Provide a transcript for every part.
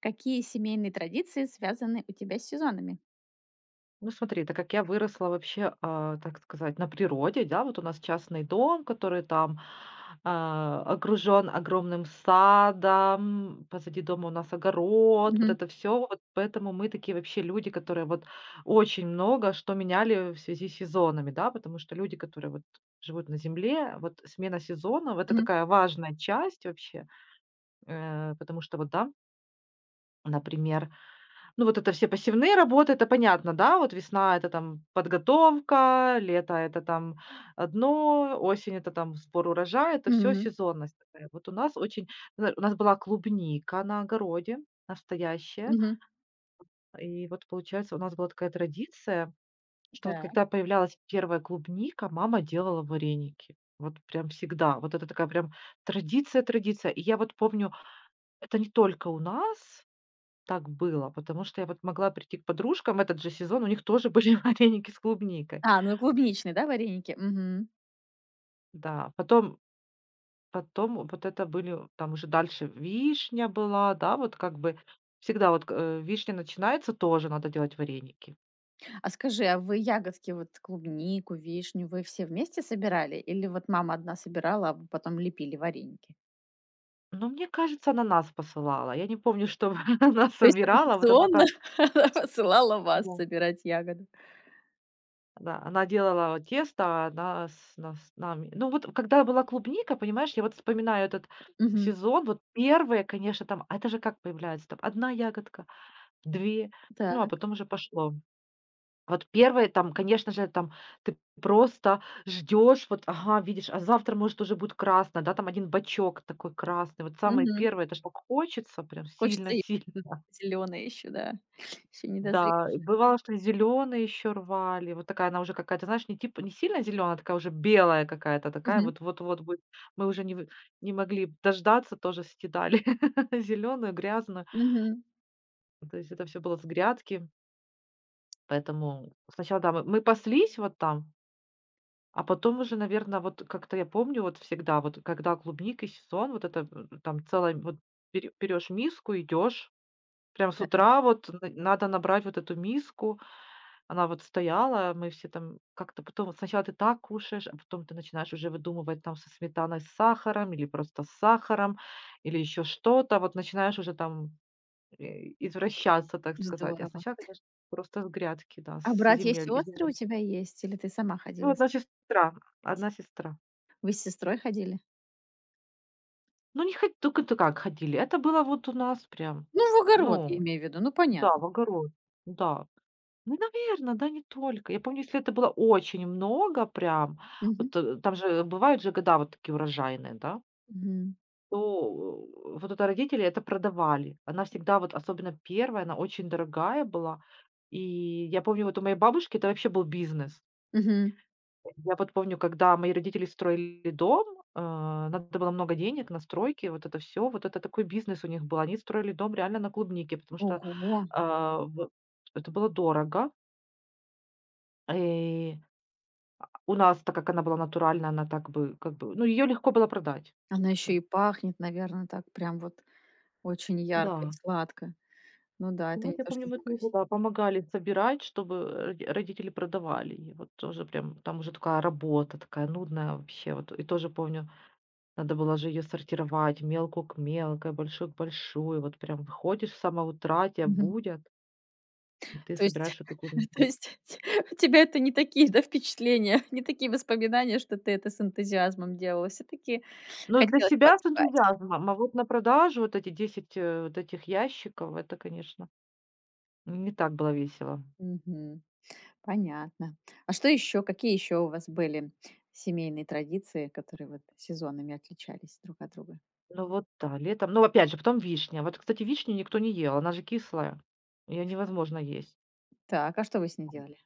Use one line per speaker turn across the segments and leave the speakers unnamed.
Какие семейные традиции связаны у тебя с сезонами?
Ну смотри, так как я выросла вообще, так сказать, на природе, да, вот у нас частный дом, который там окружен огромным садом, позади дома у нас огород, вот это все, вот поэтому мы такие вообще люди, которые вот очень много что меняли в связи с сезонами, да, потому что люди, которые вот живут на земле, вот смена сезонов, это такая важная часть вообще, потому что вот, да, например, ну, вот это все пассивные работы, это понятно, да? Вот весна- это там подготовка, лето- это там одно, осень- это там сбор урожая, это все
Мгм.
сезонность такая. Вот у нас очень зна у нас была клубника на огороде настоящая,
Мгм.
и вот, получается, у нас была такая традиция, что вот
Так.
когда появлялась первая клубника, мама делала вареники. Вот прям всегда. Вот это такая прям традиция-традиция. И я вот помню, это не только у нас так было, потому что я вот могла прийти к подружкам в этот же сезон, у них тоже были вареники с клубникой.
А, ну клубничные, да, вареники? Мгм.
Да, потом вот это были там уже дальше вишня была, да, вот как бы всегда вот вишня начинается, тоже надо делать вареники.
А скажи, а вы ягодки, вот клубнику, вишню, вы все вместе собирали? Или вот мама одна собирала, а вы потом лепили вареники?
Но мне кажется, она нас посылала. Я не помню, чтобы она
То есть
собирала, а вот она
традиционно
там
она посылала вас
да.
собирать ягоды.
Да, она делала тесто, она с нас нами. Ну, вот когда была клубника, понимаешь, я вот вспоминаю этот
Мгм.
сезон, вот первые, конечно, там, это же как появляется, там одна ягодка, 2 ну, а
Так.
потом уже пошло. Вот первые там, конечно же, там ты просто ждешь, вот, ага, видишь, а завтра, может, уже будет красно да, там один бачок такой красный. Вот самый
Мгм.
первый это ж так хочется прям
Хочется
сильно-сильно.
зеленые еще, да. Еще не дозрели.
Да, и бывало, что зеленый еще рвали. Вот такая она уже какая-то, знаешь, не типа не сильно зеленая, такая уже белая какая-то такая.
Мгм.
Вот вот вот будет. Мы уже не вы не могли дождаться, тоже съедали зеленую, грязную.
Мгм.
То есть это все было с грядки. Поэтому сначала, да, мы паслись вот там, а потом уже, наверное вот как-то я помню, вот всегда, вот когда клубника и сезон, вот это, там целая вот берёшь миску, идешь. Прям с
Так,
утра вот н надо набрать вот эту миску. Она вот стояла, мы все там как-то потом вот сначала ты так кушаешь, а потом ты начинаешь уже выдумывать там со сметаной, с сахаром или просто с сахаром, или еще что-то. Вот начинаешь уже там, э, извращаться, так сказать. А
здорово.
сначала, конечно, просто с грядки, да,
А
с
братья и
земель
сестры у
земельки.
тебя есть? Или ты сама
Ну,
ходила?
1 сестра, одна сестра.
Вы с сестрой ходили?
Ну, не ходили только-то как ходили. Это было вот у нас прям,
Ну, в огород, я
ну
имею в виду, ну,
да,
понятно.
в огород. Да. Ну, наверное да, не только. Я помню, если это было очень много прям,
Мгм.
вот, там же бывают же года вот такие урожайные, да,
Мгм.
то, вот это родители это продавали. Она всегда, вот особенно первая она очень дорогая была. И я помню, вот у моей бабушки это вообще был бизнес.
Мгм.
Я вот помню, когда мои родители строили дом, надо было много денег на стройки, вот это все. Вот это такой бизнес у них был. Они строили дом реально на клубнике, потому что,
Ого!
в это было дорого. И у нас, так как она была натуральная, она так бы как бы, ну, ее легко было продать.
Она еще
Там
и пахнет, наверное, так прям вот очень ярко и
да.
сладко. Ну да,
И
это
вот
не
я
то,
помню,
что в
мы тоже,
магазине.
да, помогали собирать, чтобы, родители продавали. И вот тоже прям там уже такая работа, такая нудная вообще. Вот и тоже помню, надо было же ее сортировать, мелкую к мелкой, большую к большой. Вот прям выходишь с самого утра, тебя
Мгм.
будят, и ты
То есть
собираешь эту
то
клубнику.
есть у тебя это не такие, да, впечатления, не такие воспоминания, что ты это с энтузиазмом делала, все таки
Но для
хотелось
себя с
поспать.
энтузиазмом, а вот на продажу вот эти 10 вот этих ящиков- это, конечно, не так было весело.
Мгм. Понятно. А что еще? Какие еще у вас были семейные традиции, которые вот сезонами отличались друг от друга?
Ну вот да, летом. Ну, опять же, потом вишня. Вот, кстати, вишню никто не ел, она же кислая. Ее невозможно есть.
Так, а что вы с ней делали?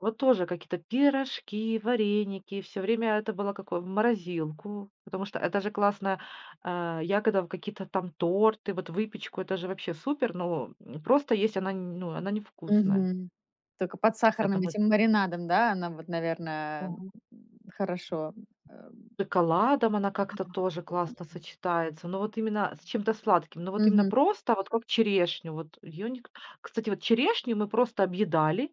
Вот тоже какие-то пирожки, вареники. Все время это было какое в морозилку, потому что это же классная ягода в какие-то там торты, вот выпечку. Это же вообще супер, но просто есть она, ну, она невкусная.
Мгм. Только под сахарным
Поэтому,
этим маринадом, да, она вот, наверное, хорошо. э,
шоколадом она как-то тоже
м.
классно сочетается, но вот именно с чем-то сладким. Но вот именно
Мгм.
просто, вот как черешню, вот ее, ник кстати, вот черешню мы просто объедали,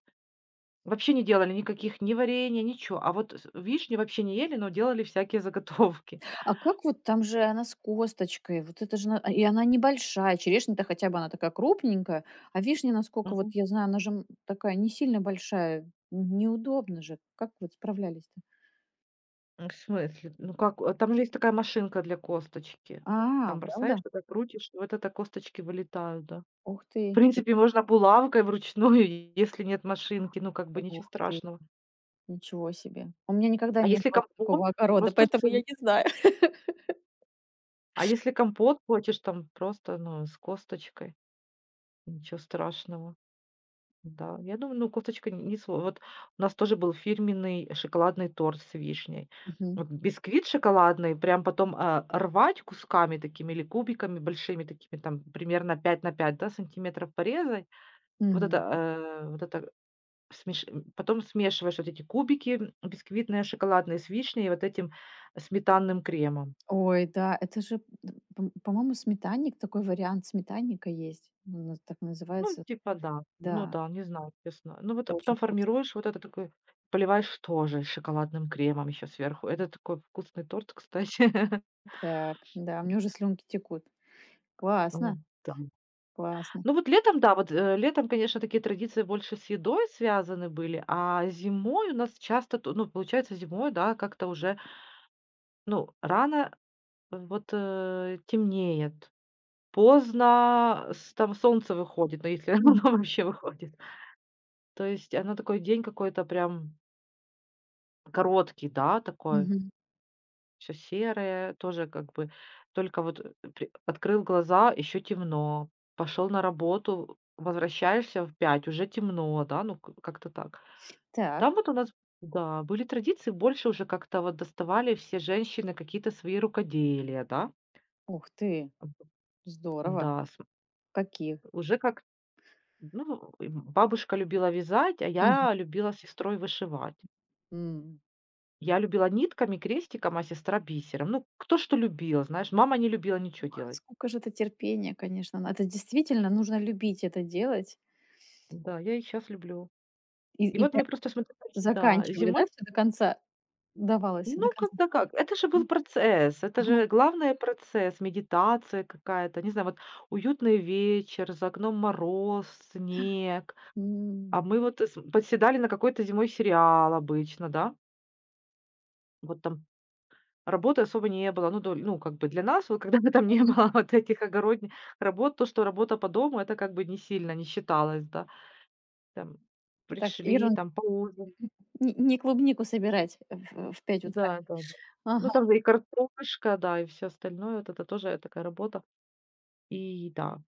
вообще не делали никаких ни варенья, ничего, а вот с вишню вообще не ели, но делали всякие заготовки.
А как вот там же она с косточкой? Вот это же и она небольшая. Черешня-то хотя бы она такая крупненькая, а вишня, насколько вот
Мгм.
я знаю, она же, такая не сильно большая. Неудобно же. Как вот справлялись-то?
М, в смысле? Ну как, там же есть такая машинка для косточки.
А,
Там бросаешь
правда?
туда, крутишь, и вот это косточки вылетают, да.
Ух ты,
В
и
принципе, можно булавкой вручную, если нет машинки, ну, как бы
Ух
ничего
ты,
страшного.
ничего себе. У меня никогда
А
не
если
было вот
компот?
такого огорода,
Просто
поэтому я не знаю.
а если компот хочешь, там просто, ну, с косточкой, ничего страшного. Да, я думаю, ну, косточка н не сл вот у нас тоже был фирменный шоколадный торт с вишней. Вот бисквит шоколадный, прям потом, рвать кусками такими или кубиками большими такими, там, примерно 5 на 5, да, сантиметров порезать. Вот это,
Мгм.
вот это потом смешиваешь вот эти кубики бисквитные шоколадные с вишней и вот этим сметанным кремом.
Ой, да, это же, м, пом по-моему, сметанник, такой вариант сметанника есть. Он наз так
Ну,
называется.
типа да. Ну
Да,
да, не знаю, честно. Ну вот, а потом
очень вкусно.
формируешь вот это такой, поливаешь тоже шоколадным кремом еще сверху. Это такой вкусный торт, кстати.
Так, да, мне уже слюнки текут.
М,
Классно,
да.
классно.
Ну вот летом, да, вот, летом, конечно, такие традиции больше с едой связаны были, а зимой у нас часто, то ну, получается, зимой, да, как-то уже, ну, рано, темнеет, поздно с там солнце выходит, но если оно
Мгм,
вообще выходит. То есть оно такой день какой-то прям короткий, да, такой,
мгм.
все серое, тоже как бы только вот, при открыл глаза, еще темно, пошел на работу, возвращаешься в 5, уже темно, да, ну, к как-то так. Там
Так,
вот у нас, да, были традиции, больше уже как-то вот доставали все женщины какие-то свои рукоделия, да.
ух ты, здорово.
Да, с
Каких?
уже как, ну, и бабушка любила вязать, а
Мгм.
я любила с сестрой вышивать.
М.
Я любила нитками, крестиком, а сестра бисером. Ну, кто что любил, знаешь. Мама не любила ничего
Ох,
делать.
сколько же это терпения, конечно. На это действительно нужно любить это делать.
Да, я и сейчас люблю. И
И
вот
прям
мы просто смотрели. Да,
заканчивали,
зимой
да, все до конца? Давалось до
ну,
конца.
как-то как. Это же был процесс, это
Ага.
же главное процесс, медитация какая-то, не знаю, вот уютный вечер, за окном мороз, снег, а
М.
мы вот с подседали на какой-то зимой сериал обычно, да, вот там работы особо не было. Ну, доль ну, как бы для нас, вот когда бы там не
Мгм.
было вот этих огородных работ, то, что работа по дому, это как бы не сильно не считалось, да. Там
Так, и
пришли, там поужинали.
не не клубнику собирать в 5
Да,
утра.
да, да.
Ага.
Ну, там же и картошка, да, и все остальное. Вот это тоже такая работа. И да.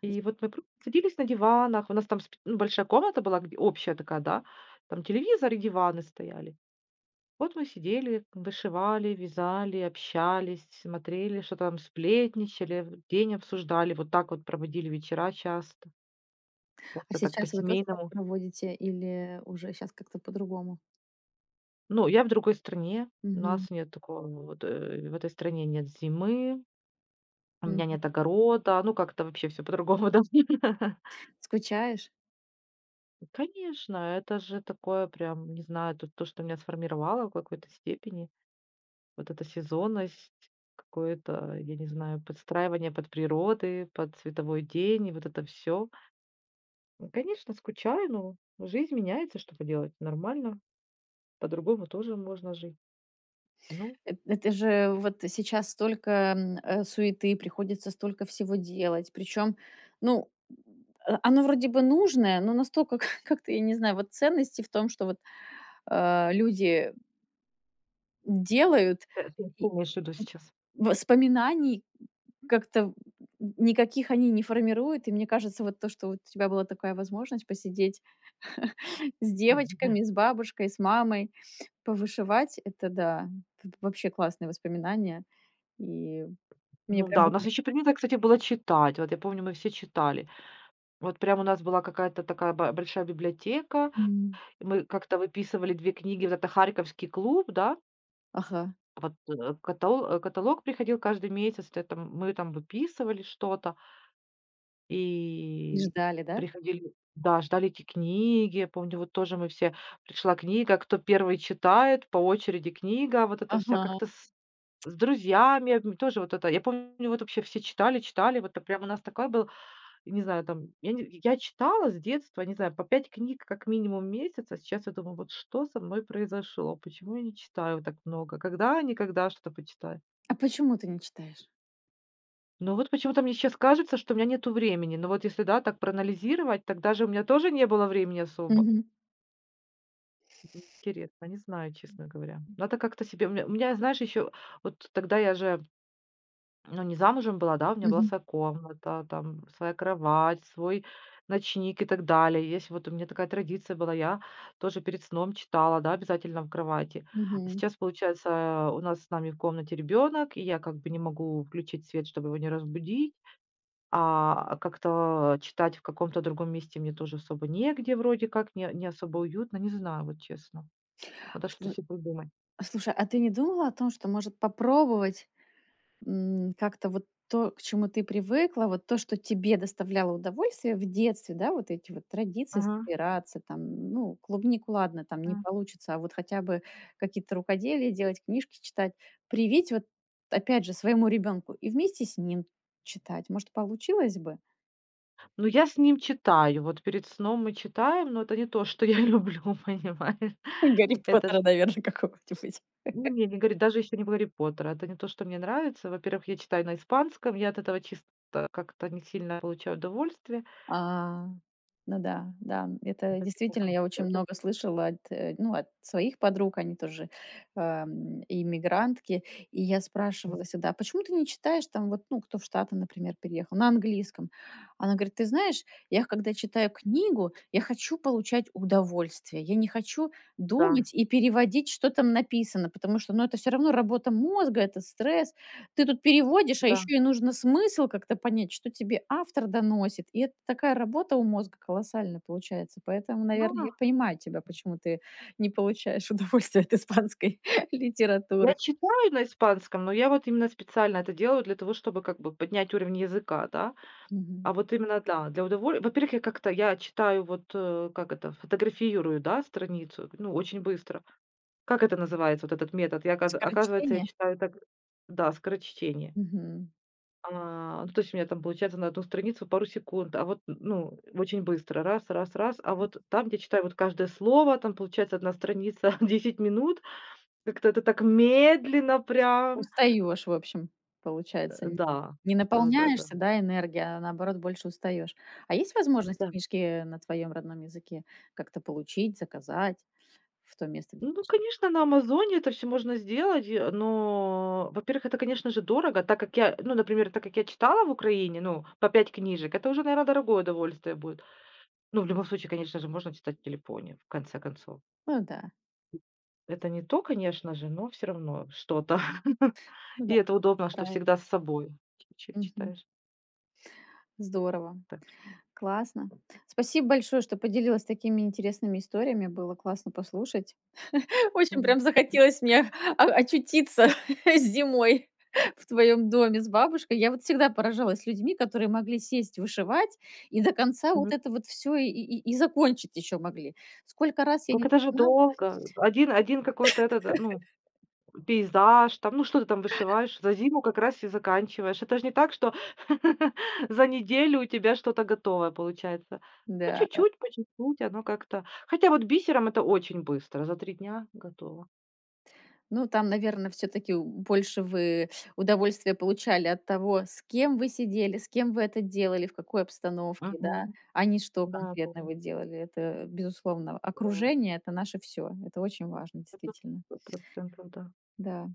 И вот мы просто садились на диванах. У нас там сп ну, большая комната была, где общая такая, да. Там телевизор и диваны стояли. Вот мы сидели, вышивали, вязали, общались, смотрели, что там сплетничали, день обсуждали. Вот так вот проводили вечера часто,
А
как-то так
сейчас вы тоже так
по-семейному.
проводите или уже сейчас как-то по-другому?
Ну, я в другой стране, у
Мгм,
нас нет такого, вот, в этой стране нет зимы, у меня
мгм.
нет огорода, ну, как-то вообще все по-другому, да.
Скучаешь?
Конечно, это же такое прям, не знаю, тут то, что меня сформировало в какой-то степени. Вот эта сезонность, какое-то, я не знаю, подстраивание под природы, под световой день и вот это все. Конечно, скучаю, но жизнь меняется, что поделать. Нормально, по-другому тоже можно жить. Ну,
Эт это же вот сейчас столько, суеты, приходится столько всего делать. Причем, ну, оно вроде бы нужное, но настолько как-то, я не знаю, вот ценности в том, что вот, люди делают.
ты
И
помнишь в сейчас?
воспоминаний как-то никаких они не формируют. И мне кажется, вот то, что вот у тебя была такая возможность посидеть с девочками, с бабушкой, с мамой, повышивать — это да, это вообще классные воспоминания. И мне
Ну
прям
да, у
вот
нас еще принято, кстати, было читать. Вот я помню, мы все читали. Вот прям у нас была какая-то такая ба большая библиотека.
М.
И мы как-то выписывали 2 книги, вот это "Харьковский клуб", да.
Ага.
Вот, каталог приходил каждый месяц, т там мы там выписывали что-то
И
и
ждали, да?
приходили да, ждали эти книги. Я помню, вот тоже мы все пришла книга, кто первый читает, по очереди книга, вот это вся
Ага.
как-то с друзьями обм тоже вот это. Я помню, вот вообще все читали, читали, вот, прям у нас такой был, не знаю, там, я читала с детства, не знаю, по 5 книг как минимум в месяц, а сейчас я думаю: "Вот что со мной произошло? Почему я не читаю так много? Когда, никогда что-то почитаю?"
А почему ты не читаешь?
Ну вот почему-то мне сейчас кажется, что у меня нету времени. Но вот если, да, так проанализировать, тогда же у меня тоже не было времени особо.
Мгм.
Интересно, не знаю, честно говоря. Надо как-то себе... у меня, знаешь, еще... Вот тогда я же, ну, не замужем была, да, у меня была
Мгм.
своя комната, там, своя кровать, свой ночник и так далее. Есть вот у меня такая традиция была, я тоже перед сном читала, да, обязательно в кровати. А
Мгм.
сейчас, получается, у нас с нами в комнате ребенок, и я как бы не могу включить свет, чтобы его не разбудить. А как-то читать в каком-то другом месте мне тоже особо негде, вроде как, не особо уютно. Не знаю, вот честно. Надо что-то
Сл
себе придумать.
слушай, а ты не думала о том, что, может, попробовать как-то вот то, к чему ты привыкла, вот то, что тебе доставляло удовольствие в детстве, да, вот эти вот традиции
Мгм,
собираться, там, ну, клубнику, ладно, там не
м.
получится, а вот хотя бы какие-то рукоделия делать, книжки читать, привить вот, опять же, своему ребенку и вместе с ним читать. Может, получилось бы?
Ну, я с ним читаю. Вот перед сном мы читаем, но это не то, что я люблю, понимаешь?
Гарри
Это
Поттера,
же,
наверное, какого-нибудь.
ну, мне не говори, даже если не Гарри Поттера, это не то, что мне нравится. Во-первых, я читаю на испанском, я от этого чисто как-то не сильно получаю удовольствие.
А, ну да, да, это
Это-
действительно я очень
это-
много слышала от, ну, от своих подруг, они тоже иммигрантки. И я спрашивала всегда: «А почему ты не читаешь там, вот, ну, кто в Штаты, например, переехал, на английском?» Она говорит: «Ты знаешь, я когда читаю книгу, я хочу получать удовольствие, я не хочу
Да,
думать и переводить, что там написано, потому что, ну, это все равно работа мозга, это стресс, ты тут переводишь, а еще
да.
и нужно смысл как-то понять, что тебе автор доносит. И это такая работа у мозга колоссальная получается». Поэтому,
Ну,
наверное,
а
я понимаю тебя, почему ты не получаешь удовольствие от испанской
я
литературы.
читаю на испанском, но я вот именно специально это делаю для того, чтобы как бы поднять уровень языка, да.
Мгм.
А вот именно, да, для удовольствия. Во-первых, я как-то я читаю вот, как это, фотографирую, да, страницу, ну, очень быстро. Как это называется, вот этот метод? Я, оказы оказывается, я
Скорочтение?
читаю так да, скорочтение.
Мгм.
Ну, то есть у меня там получается на одну страницу пару секунд, а вот, ну, очень быстро, раз, раз, раз. А вот там, где читаю вот каждое слово, там получается одна страница, 10 минут. Как-то это так медленно прям.
Устаешь, в общем, получается. Н
Да,
Не
да-да-да, да.
наполняешься, да, энергией, а наоборот больше устаешь. А есть
Да,
возможность
да.
книжки на твоем родном языке как-то получить, заказать в то место, г
Ну, конечно, на "Амазоне" это все можно сделать, но, во-первых, это, конечно же, дорого, так как я, ну, например, так как я читала в Украине, ну, по 5 книжек, это уже, наверное, дорогое удовольствие будет. Ну, в любом случае, конечно же, можно читать в телефоне, в конце концов.
Ну да,
Это не то, конечно же, но все равно что-то.
ну
И
да,
это удобно, что всегда с
устраивать.
собой чик-чик
Мгм.
читаешь.
Здорово,
Так что,
классно. Спасибо большое, что поделилась такими интересными историями. Было классно послушать. Очень
мгм,
прям захотелось мне очутиться зимой в твоем доме с бабушкой. Я вот всегда поражалась людьми, которые могли сесть вышивать и до конца вот
мгм.
это вот все и закончить еще могли. Сколько раз я не
Так это же
начинала,
долго. Один какой-то этот, ну пейзаж там, ну что ты там вышиваешь? За зиму как раз и заканчиваешь. Это же не так, что за неделю у тебя что-то готовое получается.
да.
По чуть-чуть оно как-то хотя вот бисером это очень быстро, за 3 дня готово.
Ну, там, наверное, все таки больше вы удовольствия получали от того, с кем вы сидели, с кем вы это делали, в какой обстановке,
Мгм.
да, а не что
Да, да,
конкретно
да.
вы делали. Это, безусловно,
Да.
окружение — это наше все. Это очень важно,
Это
действительно.
100 да.
Да,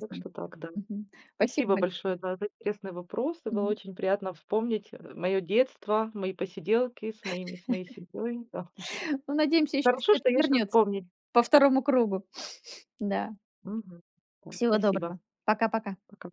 Так что так, да.
Мгм. Спасибо
Спасибо
большое.
большое, да, за интересные вопросы. Было
Мгм.
очень приятно вспомнить, мое детство, мои посиделки с моей семьей. Да.
Ну, надеемся, еще все
Хорошо, что
это
есть что
вернется
вспомнить.
по второму кругу. Да.
Мгм. Да,
Всего
спасибо.
доброго. Пока-пока.
Пока.